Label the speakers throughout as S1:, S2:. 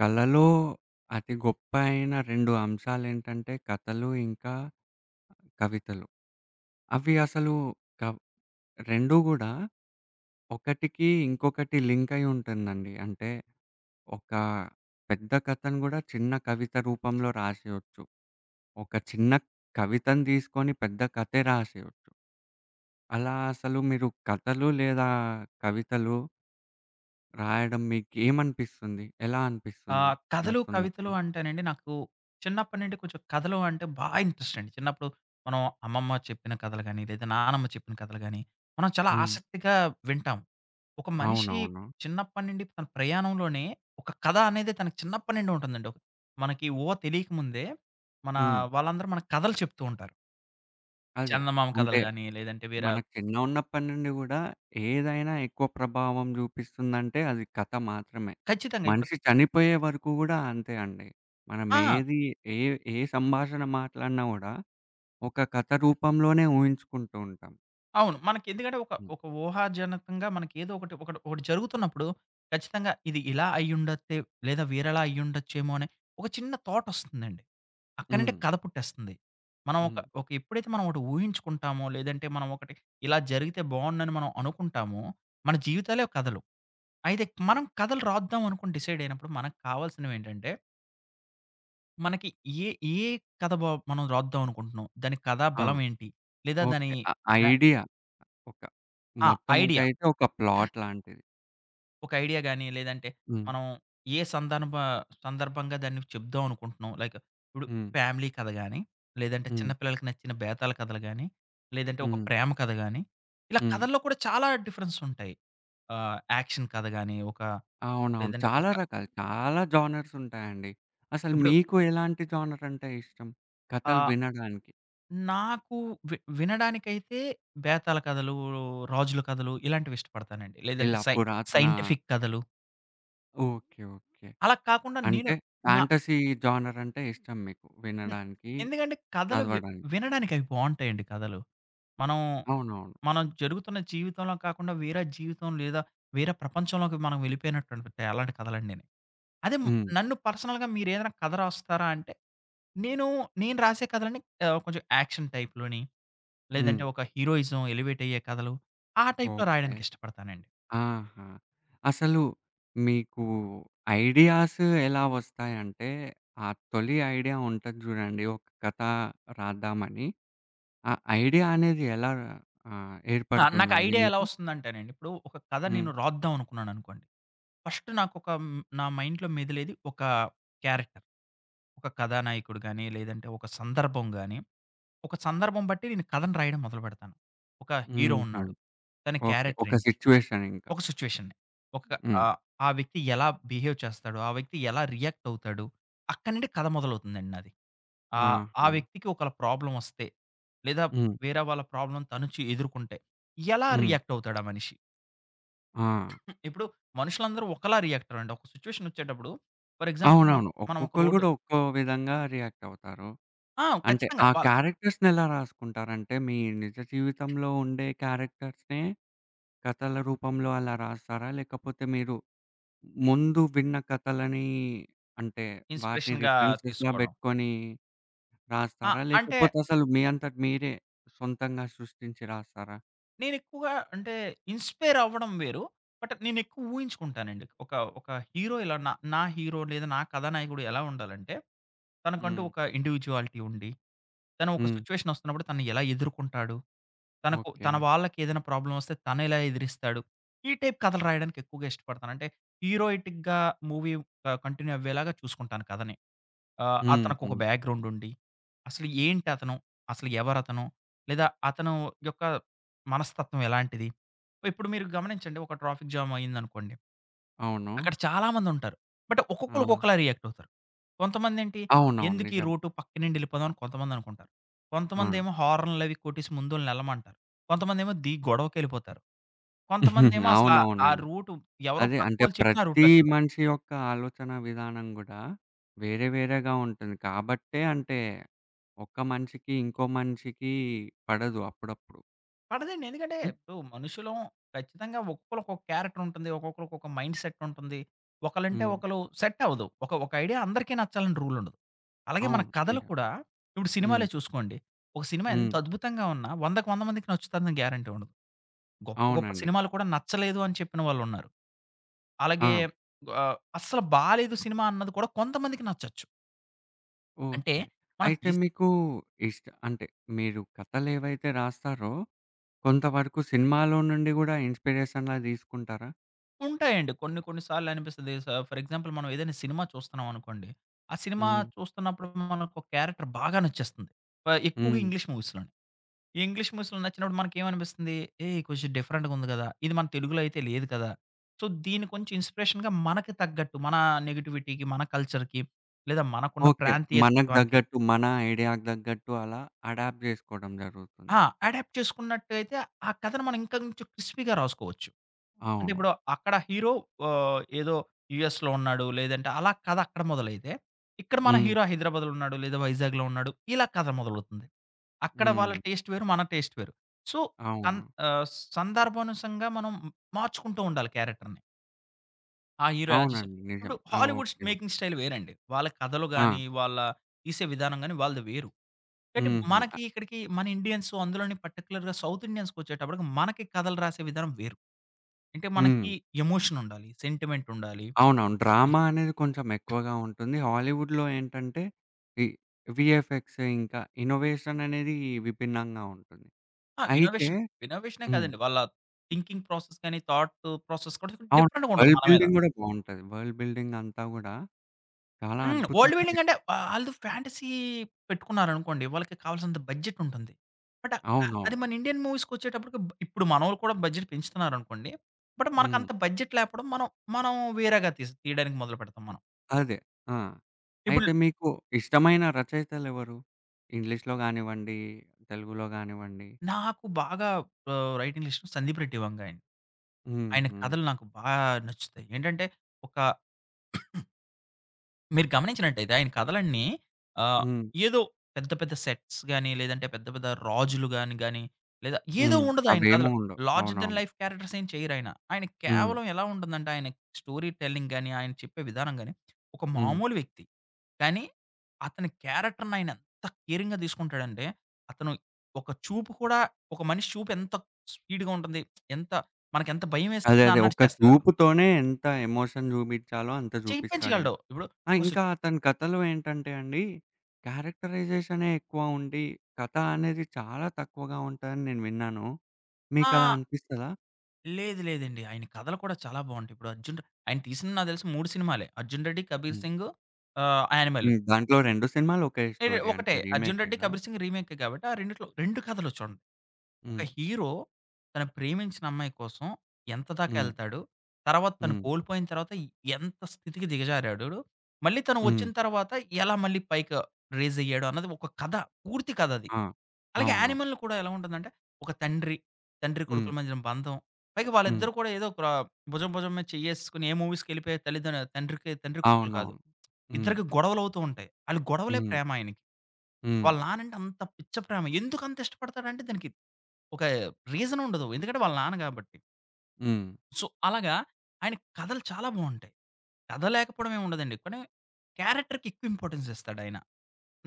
S1: కళలో అతి గొప్ప అయిన 2 అంశాలేంటంటే కథలు, ఇంకా కవితలు. అవి అసలు కవ్ 2 గూడా ఒకటికి ఇంకొకటి లింక్ అయి ఉంటుందండి. అంటే ఒక పెద్ద కథను గూడా చిన్న కవిత రూపంలో రాసేయొచ్చు. ఒక చిన్న కవితను తీసుకొని పెద్ద కథే రాసేయొచ్చు. అలా అసలు మీరు కథలు లేదా కవితలు రాయడం మీకేమనిపిస్తుంది? ఎలా అనిపిస్తుంది
S2: కథలు, కవితలు
S1: రాస్తున్నప్పుడు?
S2: అంటేనండి నాకు చిన్నప్పటి నుండి కొంచెం కథలు అంటే బాగా ఇంట్రెస్ట్ అండి. చిన్నప్పుడు మనం అమ్మమ్మ చెప్పిన కథలు గాని, లేదా నానమ్మ చెప్పిన కథలు గాని, మనం చాలా
S1: హ్మ్.
S2: ఆసక్తిగా వింటాం. ఒక మనిషి
S1: అవునవును.
S2: చిన్నప్పటి నుండి తన ప్రయాణంలోనే ఒక కథ అనేది తనకి చిన్నప్పటి నుండి ఉంటుందండి. మనకి ఊహ తెలియకముందే మన
S1: హ్మ్.
S2: వాళ్ళందరూ మనకు కథలు చెప్తూ ఉంటారు.
S1: అదే.
S2: చందమామ
S1: అంటే
S2: కథలు గాని, లేదంటే వేరే
S1: మనకు చిన్నగున్నప్పటి నుండి గూడా ఏదైనా ఎక్కువ ప్రభావం జూపిస్తుందంటే అది కథ మాత్రమే.
S2: ఖచ్చితంగా ఇప్పుడు
S1: మనిషి చనిపోయే వరకు గూడా అంతే అండి. మనం
S2: ఆ!
S1: ఏది ఏ ఏ సంభాషణ మాట్లాడినా గూడా ఒక కథ రూపంలోనే ఊహించుకుంటూ ఉంటాం.
S2: అవును. మనకెందుకంటే ఒక
S1: హ్మ్.
S2: ఒక ఊహాజనకంగా మనకేదో ఒకటి ఒకటి ఒకటి జరుగుతున్నప్పుడు ఖచ్చితంగా ఇది ఇలా అయ్యుండొద్దే లేదా వేరేలా అయ్యుండొచ్చేమో అని ఒక చిన్న థాటొస్తుందండి. అక్కడి నుండే
S1: హ్మ్.
S2: కథ పుట్టేస్తుంది. మనం ఒక
S1: హ్మ్.
S2: ఒక ఎప్పుడైతే మనం ఒకటి ఊహించుకుంటామో, లేదంటే మనం ఒకటి ఇలా జరిగితే బావుండని మనం అనుకుంటామో, మన జీవితాలే కథలు. అయితే మనం కథలు రాద్దాం అనుకుని డిసైడ్ అయినప్పుడు మనకు కావాల్సినవేంటంటే, మనకి ఏ ఏ కథ బా మనం రాద్దాం అనుకుంటున్నాం? దాని కథా
S1: ఆ!
S2: బలం ఏంటి? లేదా దాని
S1: ఓకే.
S2: బ్యా
S1: ఐడియా ఒక
S2: ఆ! ఐడియా.
S1: మొత్తానికైతే ఒక ప్లాట్ లాంటిది.
S2: ఒక ఐడియా గాని, లేదంటే
S1: హ్మ్.
S2: మనం ఏ సందర్భ సందర్భంగా దాన్ని చెప్దాం అనుకుంటున్నాం. లైక్ ఇప్పుడు
S1: హ్మ్.
S2: ఫ్యామిలీ కథ గాని, లేదంటే
S1: హ్మ్.
S2: చిన్న పిల్లలకి నచ్చిన బేతాల కథలు గాని, లేదంటే ఒక
S1: హ్మ్.
S2: ప్రేమ కథ గాని, ఇలా
S1: హ్మ్.
S2: కథల్లో కూడా చాలా డిఫరెన్స్ ఉంటాయి. యాక్షన్ కథ గాని, ఒక
S1: అవునవును.
S2: లేదంటే
S1: చాలా
S2: ఒక
S1: రకాలు. చాలా జోనర్స్ ఉంటాయండి. అసలు
S2: ఇప్పుడు
S1: మీకు ఎలాంటి జోనర్ అంటే ఇష్టం? కథలు
S2: ఆహ్,
S1: వినడానికి.
S2: నాకు వినడానికైతే బేతాల కథలు, రాజుల కథలు ఇలాంటివి ఇష్టపడతానండి. లేదంటే
S1: ఇలా పురాతన
S2: సైంటిఫిక్ కథలు
S1: ఓకే. ఓకే.
S2: అలా కాకుండా నేను
S1: అంటే
S2: నా
S1: ఫాంటసీ జోనర్ అంటే ఇష్టం మీకు
S2: హ్మ్.
S1: వినడానికి,
S2: ఎందుకంటే కథలు
S1: చదవడానికి.
S2: వినడానికి అవి బావుంటాయండి కథలు. మనం,
S1: అవునవును.
S2: మనం జరుగుతున్న జీవితంలో కాకుండా వేరే జీవితం లేదా వేరే ప్రపంచంలోకి మనం వెళ్ళిపోయినట్టు అనిపిత్తాయి అలాంటి కథలన్నీని. అదే
S1: హ్మ్.
S2: నన్ను పర్సనల్‌గా మీరేదైనా కథ రాస్తారా అంటే, నేను, నేను రాసే కథలన్నీ కొంచెం యాక్షన్ టైప్‌లోని,
S1: హ్మ్.
S2: లేదంటే ఒక హీరోయిజం ఎలివేట్ అయ్యే కథలు ఆ టైప్‌లో
S1: ఓకే.
S2: రాయడానికి ఇష్టపడతానండి.
S1: ఆహా! అసలు మీకు ఐడియాస్ ఎలా వస్తాయంటే, ఆ తొలి ఐడియా ఉంటది జూడండి. ఒక కథ రాద్దామని. ఆ ఐడియా అనేది ఎలా
S2: ఆ! నాకు
S1: ఏర్పడుతుందండి
S2: ఐడియా ఎలా
S1: మీకు?
S2: వస్తుందంటేనండి, ఇప్పుడు ఒక కథ
S1: హ్మ్.
S2: నేను రాద్దాం అనుకున్నాననుకోండి. ఫస్ట్ నాకొక నా మైండ్‌లో మెదిలేది ఒక క్యారెక్టర్. ఒక కథానాయకుడు గాని, లేదంటే ఒక సందర్భం గాని, ఒక సందర్భం బట్టి నేను కథను రాయడం మొదలుపెడతాను. ఒక హీరో
S1: హుహు.
S2: ఉన్నాడు. తన
S1: ఓకే.
S2: క్యారెక్టర్
S1: ఒక
S2: ఏంటి?
S1: సిట్యుయేషన్ ఇంకా.
S2: ఒక సిట్యుయేషన్‌ని. ఒక
S1: హ్మ్.
S2: ఆహ్, ఆ వ్యక్తి ఎలా బిహేవ్ చేస్తాడు? ఆ వ్యక్తి ఎలా రియాక్ట్ అవుతాడు? అక్కడి నుండి కథ మొదలవుతుందండి నాది.
S1: ఆహా!
S2: ఆ వ్యక్తికి ఒకళ్ళ ప్రాబ్లమ్ వస్తే, లేదా
S1: హ్మ్.
S2: వేరే వాళ్ళ ప్రాబ్లమ్ తను చే ఎదుర్కొంటే, ఎలా
S1: హ్మ్.
S2: రియాక్ట్ అవుతాడు ఆ మనిషి?
S1: ఆ!
S2: ఇప్పుడు మనుషులందరూ ఒకలా రియాక్ట్ అవ్వరండి. ఒక సిట్యుయేషన్ వచ్చేటప్పుడు ఫర్ ఎగ్జాంపుల్
S1: అవునవును.
S2: మనం ఒక
S1: ఒక్కొక్కళ్ళు
S2: రోడ్
S1: గూడా ఒక్కో విధంగా రియాక్ట్ అవుతారు.
S2: ఆ!
S1: అంటే
S2: ఖచ్చితంగా.
S1: ఆ
S2: వాళ్ళు
S1: క్యారెక్టర్స్‌నెలా రాసుకుంటారంటే మీ నిజ జీవితంలో ఉండే క్యారెక్టర్స్‌నే కథల రూపంలో అలా రాస్తారా? లేకపోతే మీరు ముందు విన్న కథలని అంటే వాటిని
S2: ఇన్స్‌పిరేషన్‌గా
S1: రిఫరెన్సెస్‌గా
S2: తీసుకోవడం.
S1: బెట్టుకొని
S2: ఆ!
S1: రాస్తారా?
S2: అంటే
S1: లేకపోతే అసలు మీ అంతట మీరే సొంతంగా సృష్టించి రాస్తారా?
S2: నేనెక్కువగా అంటే ఇన్‌స్పైర్ అవ్వడం వేరు. బట్ నేనెక్కువ ఊహించుకుంటానండి. ఒక ఒక హీరో ఇలా నా నా హీరో లేదా నా కథానాయకుడు ఎలా ఉండాలంటే, తనకంటూ
S1: హ్మ్.
S2: ఒక ఇండివిడ్యుయాలిటీ ఉండి, తను ఒక
S1: హ్మ్.
S2: సిట్యుయేషన్ ఒస్తున్నప్పుడు తనని ఎలా ఎదుర్కుంటాడు? తనకు
S1: ఓకే.
S2: తన వాళ్ళకేదైనా ప్రాబ్లమ్ ఒస్తే తనెలా ఎదిరిస్తాడు? ఈ టైప్ కథలు రాయడానికి ఎక్కువగా ఇష్టపడతాను. అంటే హీరోయిటిక్‌గా మూవీ కంటిన్యూ అవ్వేలాగా చూసుకుంటాను కథని.
S1: హ్మ్.
S2: అతనికొక
S1: హ్మ్.
S2: బ్యాక్‌గ్రౌండ్ ఉండి, అసలు ఏంటి అతను? అసలు ఎవరతను? లేదా అతను యొక్క మనస్తత్వం ఎలాంటిది? ఇప్పుడు మీరు గమనించండి ఒక ట్రాఫిక్ జామ్ అయిందనుకోండి.
S1: అవును.
S2: అక్కడ చాలా మందుంటారు. బట్
S1: ఆ!
S2: ఒక్కొక్కళ్ళు ఒక్కొక్కలా రియాక్ట్ అవుతారు. కొంతమందేంటి
S1: అవునవును.
S2: ఎందుకీ
S1: నిజమే.
S2: రోటు పక్కనుండి ఎళ్ళిపోదాం అని కొంతమందనుకుంటారు.
S1: ఆ!
S2: కొంతమందేమో హార్న్‌లవి కొట్టేసి ముందోళ్ళని ఎళ్ళమంటారు. కొంతమందేమో ది గొడవకెళ్ళిపోతారు. కొంతమందేమో అసల ఆ
S1: అవునవునండి.
S2: రూటు ఎవరో
S1: అదే అంటే
S2: పక్కోళ్ళు చెప్పిన ఆ
S1: ప్రతి
S2: రూట్‌లోకెళ్ళరు.
S1: మనిషి యొక్క ఆలోచన విధానం గూడా వేరే వేరేగా ఉంటుంది. కాబట్టే అంటే ఒక్క మనిషికి ఇంకో మనిషికి పడదు అప్పుడప్పుడు.
S2: పడదండి. ఎందుకంటే
S1: హ్మ్.
S2: ఇప్పుడు మనుషులం ఖచ్చితంగా ఒక్కొక్కళ్ళకి ఒక క్యారెక్టర్ ఉంటుంది. ఒక్కొక్కళ్ళకి ఒక మైండ్ సెట్ ఉంటుంది. ఒకలంటే
S1: హ్మ్.
S2: ఒకళ్ళు సెట్ అవ్వదు. ఒక ఒక ఐడియా అందరికీ నచ్చాలని రూల్ ఉండదు. అలాగే మన
S1: అవును.
S2: కథలు
S1: నిజం.
S2: కూడా ఇప్పుడు సినిమాలే
S1: హ్మ్.
S2: చూసుకోండి. ఒక సినిమా
S1: హ్మ్.
S2: ఎంత అద్భుతంగా ఉన్నా 100కి 100 మందికి నచ్చుతుందని గ్యారంటీ ఉండదు. గొప్ప గొప్ప
S1: అవునండి.
S2: సినిమాలు కూడా నచ్చలేదు అని చెప్పిన వాళ్ళున్నారు. అలాగే
S1: ఆ!
S2: అస్సలు బాలేదు సినిమా అన్నది కూడా కొంతమందికి నచ్చొచ్చు. అంటే
S1: ఓకే.
S2: మనం
S1: అయితే
S2: తీస్
S1: మీకు ఇష్ట అంటే మీరు కథలేవైతే రాస్తారో, కొంతవరకు సినిమాలో నుండి గూడా ఇన్‌స్పిరేషన్‌లా తీసుకుంటారా?
S2: ఉంటాయండి. కొన్ని కొన్ని సార్లు అనిపిస్తది. ఫర్ ఎగ్జాంపుల్ మనం ఏదైనా సినిమా చూస్తున్నాం అనుకోండి. ఆ సినిమా
S1: హ్మ్.
S2: చూస్తున్నప్పుడు మనకు ఒక క్యారెక్టర్ బాగా నచ్చేస్తుంది. ఎక్కువగా
S1: హ్మ్.
S2: ఇంగ్లీష్ మూవీస్‌లోని. ఈ ఇంగ్లీష్ మూవీస్‌లో నచ్చినప్పుడు మనకేమనిపిస్తుంది? ఏయ్! కొంచెం డిఫరెంట్‌గా ఉంది గదా! ఇది మన తెలుగులో అయితే లేదు కదా! సో, దీన్ని కొంచెం ఇన్స్‌పిరేషన్‌గా మనకి తగ్గట్టు మన నెగటివిటీకి, మన కల్చర్‌కి లేదా మనకున్న
S1: ఓకే.
S2: ప్రాంతీయ
S1: మనకు
S2: తత్వానికి
S1: దగ్గట్టు, మన ఐడియాకి దగ్గట్టు అలా అడాప్ట్ జేసుకోవడం జరుగుతుంది.
S2: ఆ! అడాప్ట్ చేసుకున్నట్టయితే ఆ కథను మనం ఇంకా కొంచెం క్రిస్పీగా రాసుకోవచ్చు. అంటే
S1: అవును.
S2: ఇప్పుడు అక్కడ హీరో ఏదో యూఎస్‌లో ఉన్నాడు, లేదంటే అలా కథ అక్కడ మొదలైతే, ఇక్కడ మన
S1: హ్మ్.
S2: హీరో హైదరాబాద్‌లో ఉన్నాడు, లేదా వైజాగ్‌లో ఉన్నాడు. ఇలా కథ మొదలవుతుంది. అక్కడ వాళ్ళ
S1: హ్మ్.
S2: టేస్ట్ వేరు, మన టేస్ట్ వేరు. సో, కన్
S1: అవును.
S2: ఆహ్, సందర్భానుసంగా మనం మార్చుకుంటూ ఉండాలి క్యారెక్టర్‌ని. ఆ హీరో ఎలా చేసాడు.
S1: అవునండి.
S2: ఇప్పుడు
S1: నిజమే. ఆ!
S2: Hollywood
S1: okay.
S2: మేకింగ్ స్టైల్ వేరండి. వాళ్ళ కథలు
S1: ఆ!
S2: గాని, వాళ్ళ తీసే విధానం గాని వాళ్ళది వేరు. అంటే
S1: హుహు.
S2: మనకి ఇక్కడికి మన ఇండియన్స్ అందులోని పర్టిక్యులర్‌గా సౌత్ ఇండియన్స్‌కొచ్చేటప్పటికి మనకి కథలు రాసే విధానం వేరు. అంటే
S1: హ్మ్.
S2: మనకి ఎమోషన్ ఉండాలి. సెంటిమెంట్ ఉండాలి.
S1: అవునవును.
S2: ఓకే.
S1: డ్రామా అనేది కొంచెం ఎక్కువగా ఉంటుంది. హాలీవుడ్‌లో ఏంటంటే, ఈ వీఎఫ్ఎక్స్ ఇంకా ఇన్నోవేషన్ అనేది విభిన్నంగా ఉంటుంది.
S2: ఆ!
S1: అయితే
S2: ఇన్నోవేషన్. ఇన్నోవేషనే
S1: హ్మ్.
S2: కాదండి. వాళ్ళ థింకింగ్ ప్రాసెస్ గాని, థాట్ ప్రాసెస్ కూడా
S1: అవును.
S2: డిఫరెంట్‌గా ఉంటుంది
S1: వరల్డ్
S2: మన మీద.
S1: బిల్డింగ్ గూడా బావుంటది. వరల్డ్ బిల్డింగ్ అంతా గూడా చాలా
S2: హ్మ్. వరల్డ్
S1: అద్భుతంగా
S2: బిల్డింగ్ అంటే ఆళ్ళు ఫ్యాంటసీ పెట్టుకున్నారనుకోండి. వాళ్ళకి కావాల్సినంత బడ్జెట్ ఉంటుంది. బట్ అది
S1: అవునవును.
S2: మన ఇండియన్ మూవీస్‌కొచ్చేటప్పటికి ఇప్పుడు మనోళ్ళు కూడా బడ్జెట్ పెంచుతున్నారనుకోండి. బట్
S1: హ్మ్.
S2: మనకంత బడ్జెట్ లేకపోవడం మనం, మనం వేరేగా తీయడానికి మొదలుపెడతాం మనం.
S1: అదే. ఆ!
S2: ఇప్పుడు
S1: అయితే మీకు ఇష్టమైన రచయితలెవరు? ఇంగ్లీష్‌లో గానివ్వండి, తెలుగులో గానివ్వండి.
S2: నాకు బాగా రైటింగ్ లిస్ట్‌లో 'సందీప్ రెడ్డి వంగ' అండి.
S1: హ్మ్.
S2: ఆయన
S1: హ్మ్.
S2: కథలు నాకు నచ్చుతాయి. ఏంటంటే ఒక మీరు గమనించినట్టయితే ఆయన కథలన్నీ ఆహ్,
S1: హ్మ్.
S2: ఏదో పెద్ద పెద్ద సెట్స్ గాని, లేదంటే పెద్ద పెద్ద రాజులు గాని గాని, లేదా ఏదో
S1: హ్మ్.
S2: ఉండదు ఆయన
S1: అవేమీ
S2: కథలో.
S1: ఉండవు.
S2: లార్జర్ థన్
S1: అవునవును.
S2: లైఫ్ క్యారెక్టర్స్ ఏం చేయరాయన. ఆయన
S1: హ్మ్.
S2: కేవలం ఎలా ఉంటుందంటే ఆయన స్టోరీ టెల్లింగ్ గాని, ఆయన చెప్పే విధానం గాని, ఒక
S1: హ్మ్.
S2: మామూలు వ్యక్తి కానీ అతని క్యారెక్టర్‌ని ఆయన ఎంత కేరింగ్‌గా తీసుకుంటాడంటే, అతను ఒక చూపు కూడా ఒక మనిషి చూపు ఎంత స్పీడ్‌గా ఉంటుంది. ఎంత మనకెంత
S1: అదే.
S2: భయమేస్తుందా
S1: అదే.
S2: అన్నట్టు
S1: ఒక్క
S2: చేస్తాడతను.
S1: చూపుతోనే ఎంత ఎమోషన్ జూబిచ్చాలో అంత జూపిస్తాడింక.
S2: చేయిపించగలడు. ఇప్పుడు
S1: ఆ!
S2: ఒక
S1: ఇంకా
S2: సిచ్
S1: అతని కథలో ఏంటంటే అండి, క్యారెక్టరైజేషనే ఎక్కువ ఉండి, కథ అనేది చాలా తక్కువగా ఉంటదని నేను విన్నాను.
S2: ఆ!
S1: మీకలా అనిపిస్తదా?
S2: లేదు లేదండి. ఆయన కథలు కూడా చాలా బావుంటాయి. ఇప్పుడు ఆయన తీసిన నాకు తెలిసి 3 సినిమాలే. 'అర్జున్ రెడ్డి', 'కబీర్
S1: హ్మ్.
S2: సింగ్' 'యానిమల్'
S1: హ్మ్. దాంట్లో 2 సినిమాలు ఒకే
S2: ఇది
S1: స్టోరీ అంటే
S2: ఒకటే. 'అర్జున్
S1: రీమేకే
S2: రెడ్డి',
S1: గదా!
S2: 'కబీర్ సింగ్' రీమేకే కాబట్టి ఆ రెండిట్లో 2 కథలు చూడండి. ఒక
S1: హ్మ్.
S2: హీరో తను ప్రేమించిన అమ్మాయి కోసం ఎంత దాకా
S1: హ్మ్.
S2: ఎళ్తాడు? తర్వాత తను
S1: హ్మ్.
S2: కోల్పోయిన తర్వాత ఎంత స్థితికి దిగజారాడు? మళ్ళీ తను
S1: హ్మ్.
S2: వచ్చిన తర్వాత ఎలా మళ్ళీ పైకి రైజ్ అయ్యాడు అన్నది ఒక కథ. పూర్తి కథ అది.
S1: ఆ!
S2: అలాగే
S1: అవును.
S2: 'యానిమల్‌లో' కూడా ఎలా ఉంటుందంటే ఒక తండ్రి, తండ్రి
S1: హ్మ్.
S2: కొడుకుల మధ్యన బంధం. పైగా
S1: హ్మ్.
S2: వాళ్ళిద్దరూ కూడా ఏదో ఒక భుజం భుజం మీద చెయ్యేసుకొని ఏ మూవీస్‌కెళ్ళిపోయే తల్లిదన్ తండ్రికి తండ్రి కొడుకులు కాదు.
S1: అవునవును. హ్మ్.
S2: ఇద్దరికి గొడవలవుతూ ఉంటాయి. ఆళ్ళ గొడవలే
S1: హ్మ్.
S2: ప్రేమ ఆయనకి.
S1: హ్మ్.
S2: వాళ్ళ నానంటే అంత పిచ్చ ప్రేమ. ఎందుకంత ఇష్టపడతాడంటే దానికి ఒక రీజన్ ఉండదు. ఎందుకంటే వాళ్ళ నాన్న గాబట్టి.
S1: హ్మ్.
S2: సో, అలాగా ఆయన కథలు చాలా బావుంటాయి. కథ లేకపోవడం ఏమి ఉండదండి. కానీ క్యారెక్టర్‌కి ఎక్కువ ఇంపార్టెన్స్ ఇస్తాడాయన.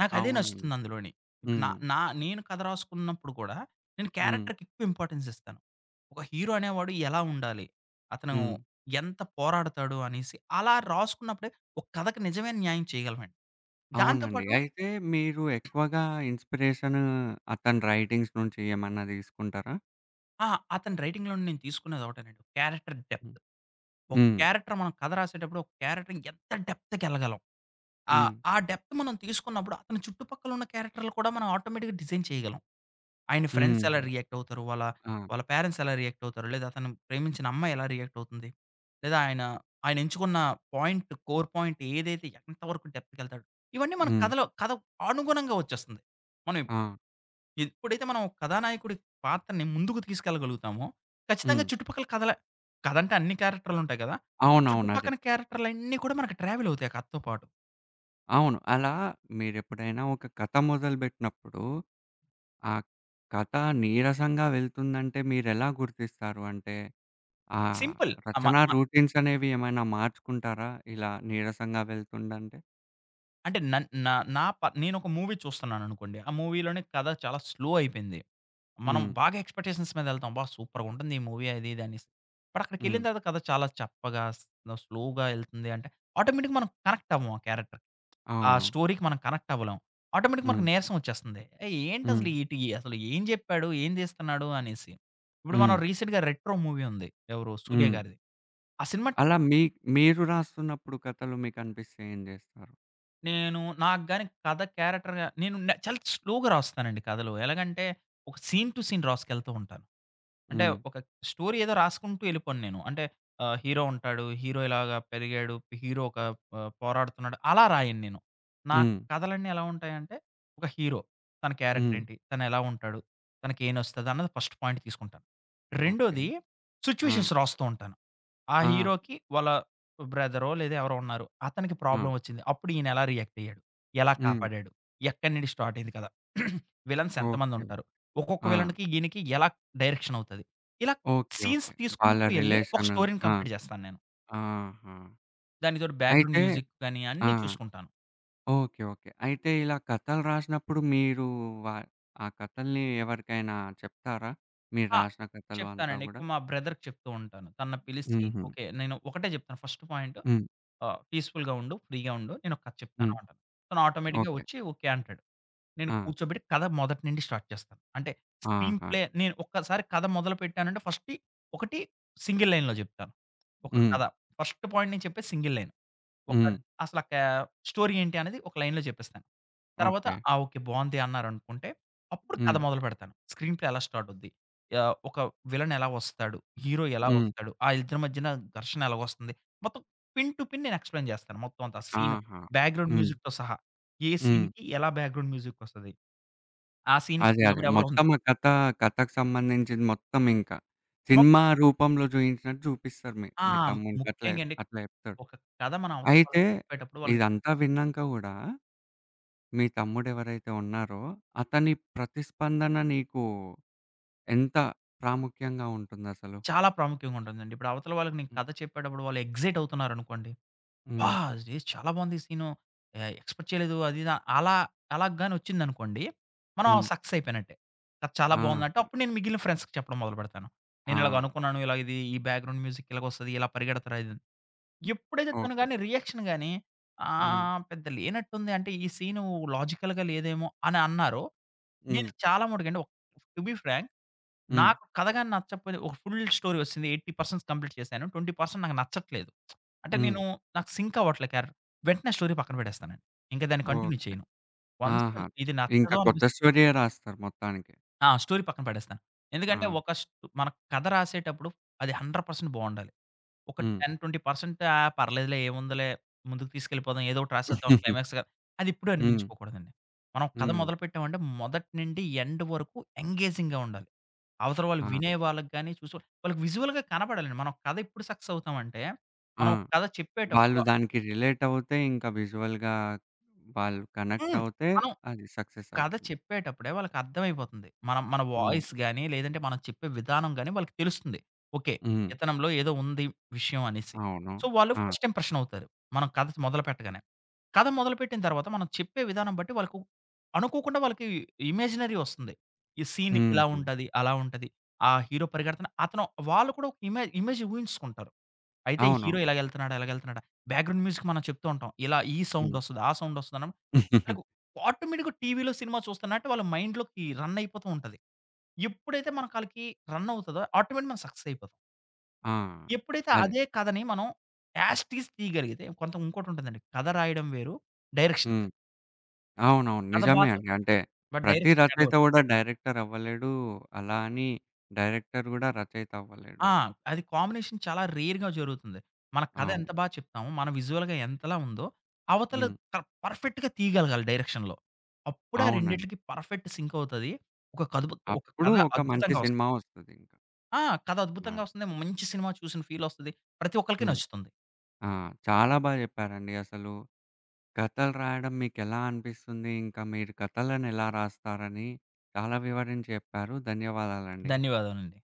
S2: నాకదే
S1: అవునండి.
S2: నచ్చుతుంది అందులోని. ఇప్పుడు నా
S1: హ్మ్.
S2: నా నేను కథ రాసుకున్నప్పుడు కూడా నేను
S1: హ్మ్.
S2: క్యారెక్టర్‌కి ఎక్కువ ఇంపార్టెన్స్ ఇస్తాను. ఒక హీరో అనేవాడు ఎలా ఉండాలి? అతను
S1: హ్మ్.
S2: ఎంత పోరాడతాడు అనేసి అలా రాసుకున్నప్పుడే ఒక కథకి నిజమైన న్యాయం చేయగలమండి. దాంతో
S1: అవునండి.
S2: పాటు
S1: అయితే మీరు ఎక్కువగా ఇన్‌స్పిరేషన్ అతని రైటింగ్స్ నుంచి ఏమన్నా తీసుకుంటారా?
S2: ఆ! అతని రైటింగ్‌లో నుండి నేను తీసుకున్నదొకటేనండి. క్యారెక్టర్
S1: హ్మ్.
S2: డెప్త్. ఒక
S1: హ్మ్.
S2: క్యారెక్టర్ మనం కథ రాసేటప్పుడు ఒక క్యారెక్టర్ ఎంత డెప్త్‌కెళ్ళగలం.
S1: హ్మ్.
S2: ఆ ఆ డెప్త్ మనం తీసుకున్నప్పుడు అతని చుట్టుపక్కల ఉన్న క్యారెక్టర్‌లు కూడా మనం ఆటోమేటిక్‌గా డిజైన్ చేయగలం. ఆయన ఫ్రెండ్స్ ఎలా
S1: హుహు.
S2: రియాక్ట్ అవుతారు? వాళ్ళ
S1: ఆ!
S2: వాళ్ళ పేరెంట్స్ ఎలా రియాక్ట్ అవుతారు? లేదా అతను ప్రేమించిన అమ్మాయి ఎలా రియాక్ట్ అవుతుంది? లేదా ఆయన ఆయన ఎంచుకున్న కోర్ పాయింట్ ఏదైతే ఎంతవరకు డెప్త్‌కెళ్తాడు? ఇవన్నీ మన
S1: హ్మ్.
S2: కథలో కథ అనుగుణంగా వచ్చేస్తుంది. మనం
S1: ఆ!
S2: ఎప్పుడైతే మనం కథానాయకుడి పాత్రని ముందుకు తీసుకెళ్ళగలుగుతామో, ఖచ్చితంగా
S1: హ్మ్.
S2: చుట్టుపక్కల కథల కథ అంటే అన్ని క్యారెక్టర్‌లుంటాయి కదా! సో,
S1: అవునవును. అదే.
S2: చుట్టుపక్కన క్యారెక్టర్‌లన్నీ కూడా మనకు ట్రావెల్ అవుతాయి ఆ కథతో పాటు.
S1: అవును. అలా మీరెప్పుడైనా ఒక కథ మొదలుబెట్టినప్పుడు, ఆ కథ నీరసంగా వెళ్తుందంటే మీరెలా గుర్తిస్తారు? అంటే ఆహ్,
S2: సింపుల్. ఆ! మ
S1: రచనా
S2: మ
S1: రొటీన్స్ అనేవి ఏమైనా మార్చుకుంటారా? ఇలా నీరసంగా వెళ్తుందంటే?
S2: అంటే నన్ నా నా ప నేనొక మూవీ చూస్తున్నాననుకోండి. ఆ మూవీలోనే కథ చాలా స్లో అయిపోయింది. మనం
S1: హ్మ్.
S2: బాగా ఎక్స్‌పెక్టేషన్స్ మీద ఎళ్తాం. అబ్బా! సూపర్‌గుంటుంది ఈ మూవీ అది ఇది అనేసి. బట్ అక్కడికెళ్ళిన
S1: హ్మ్.
S2: తర్వాత కథ చాలా చప్పగా, స్లోగా ఎళ్తుంది అంటే ఆటోమేటిక్‌గా మనం కనెక్ట్ అవ్వం ఆ క్యారెక్టర్‌కి. ఆ
S1: అవును.
S2: స్టోరీకి మనం కనెక్ట్ అవ్వలేం. ఆటోమేటిక్‌గా మనకు
S1: హ్మ్.
S2: నీరసం వచ్చేస్తుంది. ఏయ్!
S1: హ్మ్.
S2: ఏంటసలు ఈటి అసలు ఏం జెప్పాడు? ఏం తీస్తున్నాడు? అనేసి. ఇప్పుడు మనం
S1: హ్మ్.
S2: రీసెంట్‌గా 'రెట్రో' మూవీ ఉంది. ఎవరు? 'సూర్య'
S1: హ్మ్.
S2: గారిది. ఆ సినిమా
S1: అలా మీరు రాస్తున్నప్పుడు కథలు మీకనిపిస్తే ఏం జేస్తారు?
S2: నేను నాకు గాని కథ క్యారెక్టర్‌గా నేను న చాలా స్లోగా రాస్తానండి కథలు. ఎలాగంటే, ఒక సీన్ టు సీన్ రాసుకెళ్తూ ఉంటాను. అంటే
S1: హ్మ్.
S2: ఒక స్టోరీ ఏదో రాసుకుంటూ వెళ్ళిపోను నేను. అంటే హీరో ఉంటాడు. హీరో ఇలాగా పెరిగాడు. హీరో ఒక పోరాడుతున్నాడు. అలా రాయను నేను. నా
S1: హ్మ్.
S2: కథలన్నీ ఎలా ఉంటాయంటే ఒక హీరో, తన క్యారెక్టర్
S1: హ్మ్.
S2: ఏంటి? తను ఎలా ఉంటాడు? తనకేం నచ్చుతది అన్నది ఫస్ట్ పాయింట్ తీసుకుంటాను.
S1: ఓకే.
S2: రెండోది
S1: ఆ!
S2: సిట్యుయేషన్స్ రాస్తూ ఉంటాను. ఆ
S1: ఆ!
S2: హీరోకి వాళ్ళ బ్రదరో లేదా ఎవరో ఉన్నారు. అతనికి
S1: ఆ!
S2: ప్రాబ్లమ్ వచ్చింది. అప్పుడు ఈయన ఎలా రియాక్ట్ అయ్యాడు? ఎలా
S1: హ్మ్.
S2: కాపాడాడు? ఎక్కడి నుండి స్టార్ట్ అయింది కదా! విలన్స్ ఎంతమంది
S1: ఓకే.
S2: ఉంటారు? ఒక్కొక్క
S1: ఆ!
S2: విలన్‌కి ఈయనకి ఎలా డైరెక్షన్ అవుతది? ఇలా
S1: ఓకే.
S2: Scenes
S1: okay. వాళ్ళ
S2: తీసుకుంటూ ఎళ్లి ఒక
S1: రిలేషన్.
S2: స్టోరీని
S1: ఆ!
S2: కంప్లీట్ చేస్తాను నేను.
S1: ఆహా!
S2: దానితోటి బ్యాక్‌గ్రౌండ్
S1: అయితే
S2: మ్యూజిక్ గాని
S1: ఆ!
S2: అన్నీ చూసుకుంటాను.
S1: ఓకే. ఓకే. అయితే ఇలా కథలు రాసినప్పుడు మీరు వా ఆ కథల్ని ఎవరికైనా చెప్తారా? మీరు
S2: ఆ!
S1: రాసిన కథలు అంతా
S2: చెప్తానండి.
S1: గూడా?
S2: ఎక్కువ మా బ్రదర్‌కి చెప్తూ ఉంటాను. తనని పిలిసి
S1: హుహు.
S2: ఓకే. నేను ఒకటే చెప్తాను ఫస్ట్ పాయింట్
S1: హ్మ్.
S2: పీస్‌ఫుల్‌గా ఉండు. ఫ్రీగా ఉండు. నేనొక కథ చెప్తాను
S1: హ్మ్.
S2: అంటాను. తను ఆటోమేటిక్‌గా
S1: ఓకే.
S2: వచ్చి ఓకే అంటాడు. నేను
S1: ఆ!
S2: కూర్చోబెట్టి కథ మొదటి నుండి స్టార్ట్ చేస్తాను. అంటే స్క్రీన్
S1: ఆహా!
S2: ప్లే నేను ఒక్కసారి కథ మొదలుపెట్టానంటే ఫస్ట్ ఒకటి సింగిల్ లైన్‌లో చెప్తాను. ఒక
S1: హ్మ్.
S2: కథ. ఫస్ట్ పాయింట్ నేను చెప్పేది సింగిల్ లైన్. ఒక
S1: హ్మ్.
S2: అసల క స్టోరీ ఏంటి అనేది ఒక లైన్‌లో చెప్పేస్తాను. తర్వాత
S1: ఓకే.
S2: ఆ! ఓకే. బావుంది అన్నారనుకుంటే అప్పుడు కథ
S1: హ్మ్.
S2: మొదలుపెడతాను. స్క్రీన్ ప్లే ఎలా స్టార్ట్ అవుద్ది? ఒక విలన్ ఎలా వస్తాడు? హీరో ఎలా
S1: హ్మ్.
S2: వస్తాడు? ఆ ఇద్దరి మధ్యన ఘర్షణ ఎలాగొస్తుంది? మొత్తం పిన్ టు పిన్ నేను ఎక్స్‌ప్లెయిన్ చేస్తాను. మొత్తం అంతా సీన్,
S1: ఆహా!
S2: బ్యాక్‌గ్రౌండ్
S1: హ్మ్.
S2: మ్యూజిక్‌తో సహా. ఏ
S1: హ్మ్.
S2: సీన్‌కి ఎలా బ్యాక్‌గ్రౌండ్ మ్యూజిక్ వస్తది? ఆ సీన్‌కి
S1: అదే. అదే.
S2: ఎవరెవరు
S1: మొత్తం
S2: ఉంటారు.
S1: ఆ కథ కథకు సంబంధించింది మొత్తం ఇంకా. సినిమా
S2: మొత్తం
S1: రూపంలో చూయించినట్టు చూపిస్తారు మీ
S2: ఆ!
S1: మీ తమ్మునికి అట్లా
S2: ముఖ్యంగా అండి
S1: అట్లా చెప్తాడు.
S2: ఒక కథ మనం అవతల
S1: అయితే
S2: వాళ్ళకి చెప్పేటప్పుడు వాళ్ళకి
S1: ఇదంతా విన్నాంక గూడా మీ తమ్ముడెవరైతే ఉన్నారో అతని ప్రతిస్పందన నీకు ఎంత ప్రాముఖ్యంగా ఉంటుందసలు?
S2: చాలా ప్రాముఖ్యంగా ఉంటుందండి. ఇప్పుడు అవతల వాళ్ళకి నేను
S1: హ్మ్.
S2: కథ చెప్పేటప్పుడు వాళ్ళు ఎక్సైట్ అవుతున్నారనుకోండి. "ఆ!
S1: హ్మ్.
S2: ఇది చాలా బాగుంది ఈ సీను. ఎక్స్‌పెక్ట్ చేయలేదు." అది ఇది అలా అలా గాని వచ్చిందనుకోండి. మనం
S1: హ్మ్.
S2: సక్సెస్ అయిపోయినట్టే. కథ చాలా
S1: ఆ!
S2: బాగుందంటే అప్పుడు నేను మిగిలిన ఫ్రెండ్స్‌కి చెప్పడం మొదలుపెడతాను. "నేను ఇలాగ
S1: ఆహా!
S2: అనుకున్నాను. ఇలా ఇది ఈ బ్యాక్‌గ్రౌండ్ మ్యూజిక్ ఇలాగొస్తది. ఇలా పరిగెడతారు." అది ఇది అని. ఎప్పుడైతే తను
S1: ఓకే.
S2: గాని రియాక్షన్ గాని
S1: హ్మ్.
S2: పెద్ద లేనట్టుంది అంటే ఈ సీను లాజికల్‌గా లేదేమో అని అన్నారు.
S1: హ్మ్.
S2: నేను చాలా మటుకండి టు బీ ఫ్రాంక్
S1: హ్మ్.
S2: నాకు కథ గాని నచ్చకపోతే ఒక ఫుల్ స్టోరీ వచ్చింది. 80% కంప్లీట్ చేశాను. 20% నాకు నచ్చట్లేదు. అంటే
S1: హ్మ్.
S2: నేను నాకు సింక్ అవ్వట్లే క్యారెక్టర్. వెంటనే స్టోరీ పక్కన పెట్టేస్తానండి. ఇంకా దాన్ని కంటిన్యూ
S1: ఓకే.
S2: చేయను. వన్స్
S1: ఆహా!
S2: ఇది
S1: ఇంకా
S2: నచ్చదు
S1: కొత్త
S2: అనిపిస్తే
S1: స్టోరీయే రాస్తారు మొత్తానికి.
S2: ఆ! స్టోరీ పక్కన పడేస్తాను.
S1: ఆ!
S2: ఎందుకంటే ఒక స్ మన కథ రాసేటప్పుడు అది 100% బావుండాలి. ఒక
S1: హ్మ్.
S2: 10, 20% ఆ! పర్లేదులే ఏముందిలే ముందుకు తీసుకెళ్ళిపోదాం. ఏదో ఒకటి రాసేద్దాం క్లైమాక్స్‌గా అదిప్పుడు
S1: హ్మ్.
S2: అనిపించుకోకూడదండి. మనం కథ
S1: హ్మ్.
S2: మొదలుపెట్టామంటే మొదటి నుండి ఎండ్ వరకు ఎంగేజింగ్‌గా ఉండాలి. అవతల వాళ్ళు
S1: ఆ!
S2: వినే వాళ్ళకి గాని, చూసే వాళ్ళకి విజువల్‌గా కనపడాలండి. మనం కథ ఎప్పుడు సక్సెస్ అవుతామంటే,
S1: ఆ!
S2: మనం కథ చెప్పేటప్పుడు
S1: వాళ్ళు దానికి రిలేట్ అవుతే ఇంకా విజువల్‌గా వాళ్ళు కనెక్ట్
S2: హ్మ్.
S1: అవుతే
S2: మనం
S1: అది సక్సెస్
S2: కథ
S1: అవుతుంది.
S2: చెప్పేటప్పుడే వాళ్ళకర్థమైపోతుంది. మనం మన హ్మ్.
S1: హ్మ్.
S2: వాయిస్ గాని, లేదంటే మనం చెప్పే విధానం గాని వాళ్ళకి తెలుస్తుంది. ఓకే.
S1: హ్మ్.
S2: ఇతనంలో ఏదో ఉంది విషయం అనేసి.
S1: అవును.
S2: సో, వాళ్ళు
S1: ఆ!
S2: ఫస్ట్ ఇంప్రెషన్ అవుతారు. మనం కథ మొదలు పెట్టగానే. కథ మొదలుపెట్టిన తర్వాత మనం చెప్పే విధానం బట్టి వాళ్ళకు అనుకోకుండా వాళ్ళకి ఇమాజినరీ వస్తుంది. ఈ సీన్ ఇలా
S1: హుహు.
S2: ఉంటది, అలా ఉంటది. ఆ హీరో పరిగెడుతున్న అతను వాళ్ళు కూడా ఒక ఇమేజ్ ఇమేజ్ ఊహించుకుంటారు. అయితే ఈ
S1: అవును.
S2: హీరో ఇలాగెళ్తున్నాడా, ఇలాగెళ్తున్నాడా బ్యాక్‌గ్రౌండ్ మ్యూజిక్ మనం చెప్తూ ఉంటాం. ఇలా ఈ సౌండ్
S1: హ్మ్.
S2: వస్తది, ఆ సౌండ్ వస్తది. ఆళ్ళకు ఆటోమేటిక్‌గా టీవీలో సినిమా చూస్తున్నట్టు వాళ్ళ మైండ్‌లోకి రన్ అయిపోతూ ఉంటది. ఎప్పుడైతే మనకు ఆళ్ళకి రన్ అవుతదో ఆటోమేటిక్ మనం సక్సెస్ అయిపోతాం.
S1: ఆ!
S2: ఎప్పుడైతే
S1: అదే.
S2: అదే కథని మనం యాస్ టీజ్ తీయగలిగితే కొంత ఇంకోటి ఉంటుందండి. కథ రాయడం వేరు, డైరెక్షన్
S1: హ్మ్.
S2: వేరు.
S1: అవునవును.
S2: కథ బా
S1: నిజమే అండి.
S2: చెప్పొచ్చు.
S1: అంటే
S2: బట్
S1: ప్రతి
S2: డైరెక్షన్ తేడా
S1: రచయిత
S2: వచ్చేస్తుంది.
S1: గూడా డైరెక్టర్ అవ్వలేడు. అలా అని డైరెక్టర్ గూడా రచయిత అవ్వలేడు.
S2: ఆ! అది కాంబినేషన్ చాలా రేర్‌గా జరుగుతుంది. మన కథ
S1: అవును.
S2: ఎంత బా చెప్తామో, మన విజువల్‌గా ఎంతలా ఉందో అవతల
S1: హ్మ్.
S2: క పర్ఫెక్ట్‌గా తీయగలగాలి డైరెక్షన్‌లో. అప్పుడే ఆ
S1: అవునండి.
S2: రెండిట్లకి పర్ఫెక్ట్ సింక్ అవుతది. ఒక కథ ఒక
S1: అప్పుడు
S2: కథ
S1: ఒక మంచి
S2: అద్భుతంగా వస్తుంది.
S1: సినిమా వస్తదింకా.
S2: ఆ! కథ
S1: ఆ!
S2: అద్భుతంగా వస్తుంది. మంచి సినిమా చూసిన ఫీలొస్తది. ప్రతి ఒక్కళ్ళకి
S1: హ్మ్.
S2: నచ్చుతుంది.
S1: ఆ! చాలా బా చెప్పారండి అసలు. కథలు రాయడం మీకెలా అనిపిస్తుంది? ఇంకా మీరు కథలనెలా రాస్తారని చాలా వివరించి చెప్పారు. ధన్యవాదాలండి.
S2: ధన్యవాదాలండి.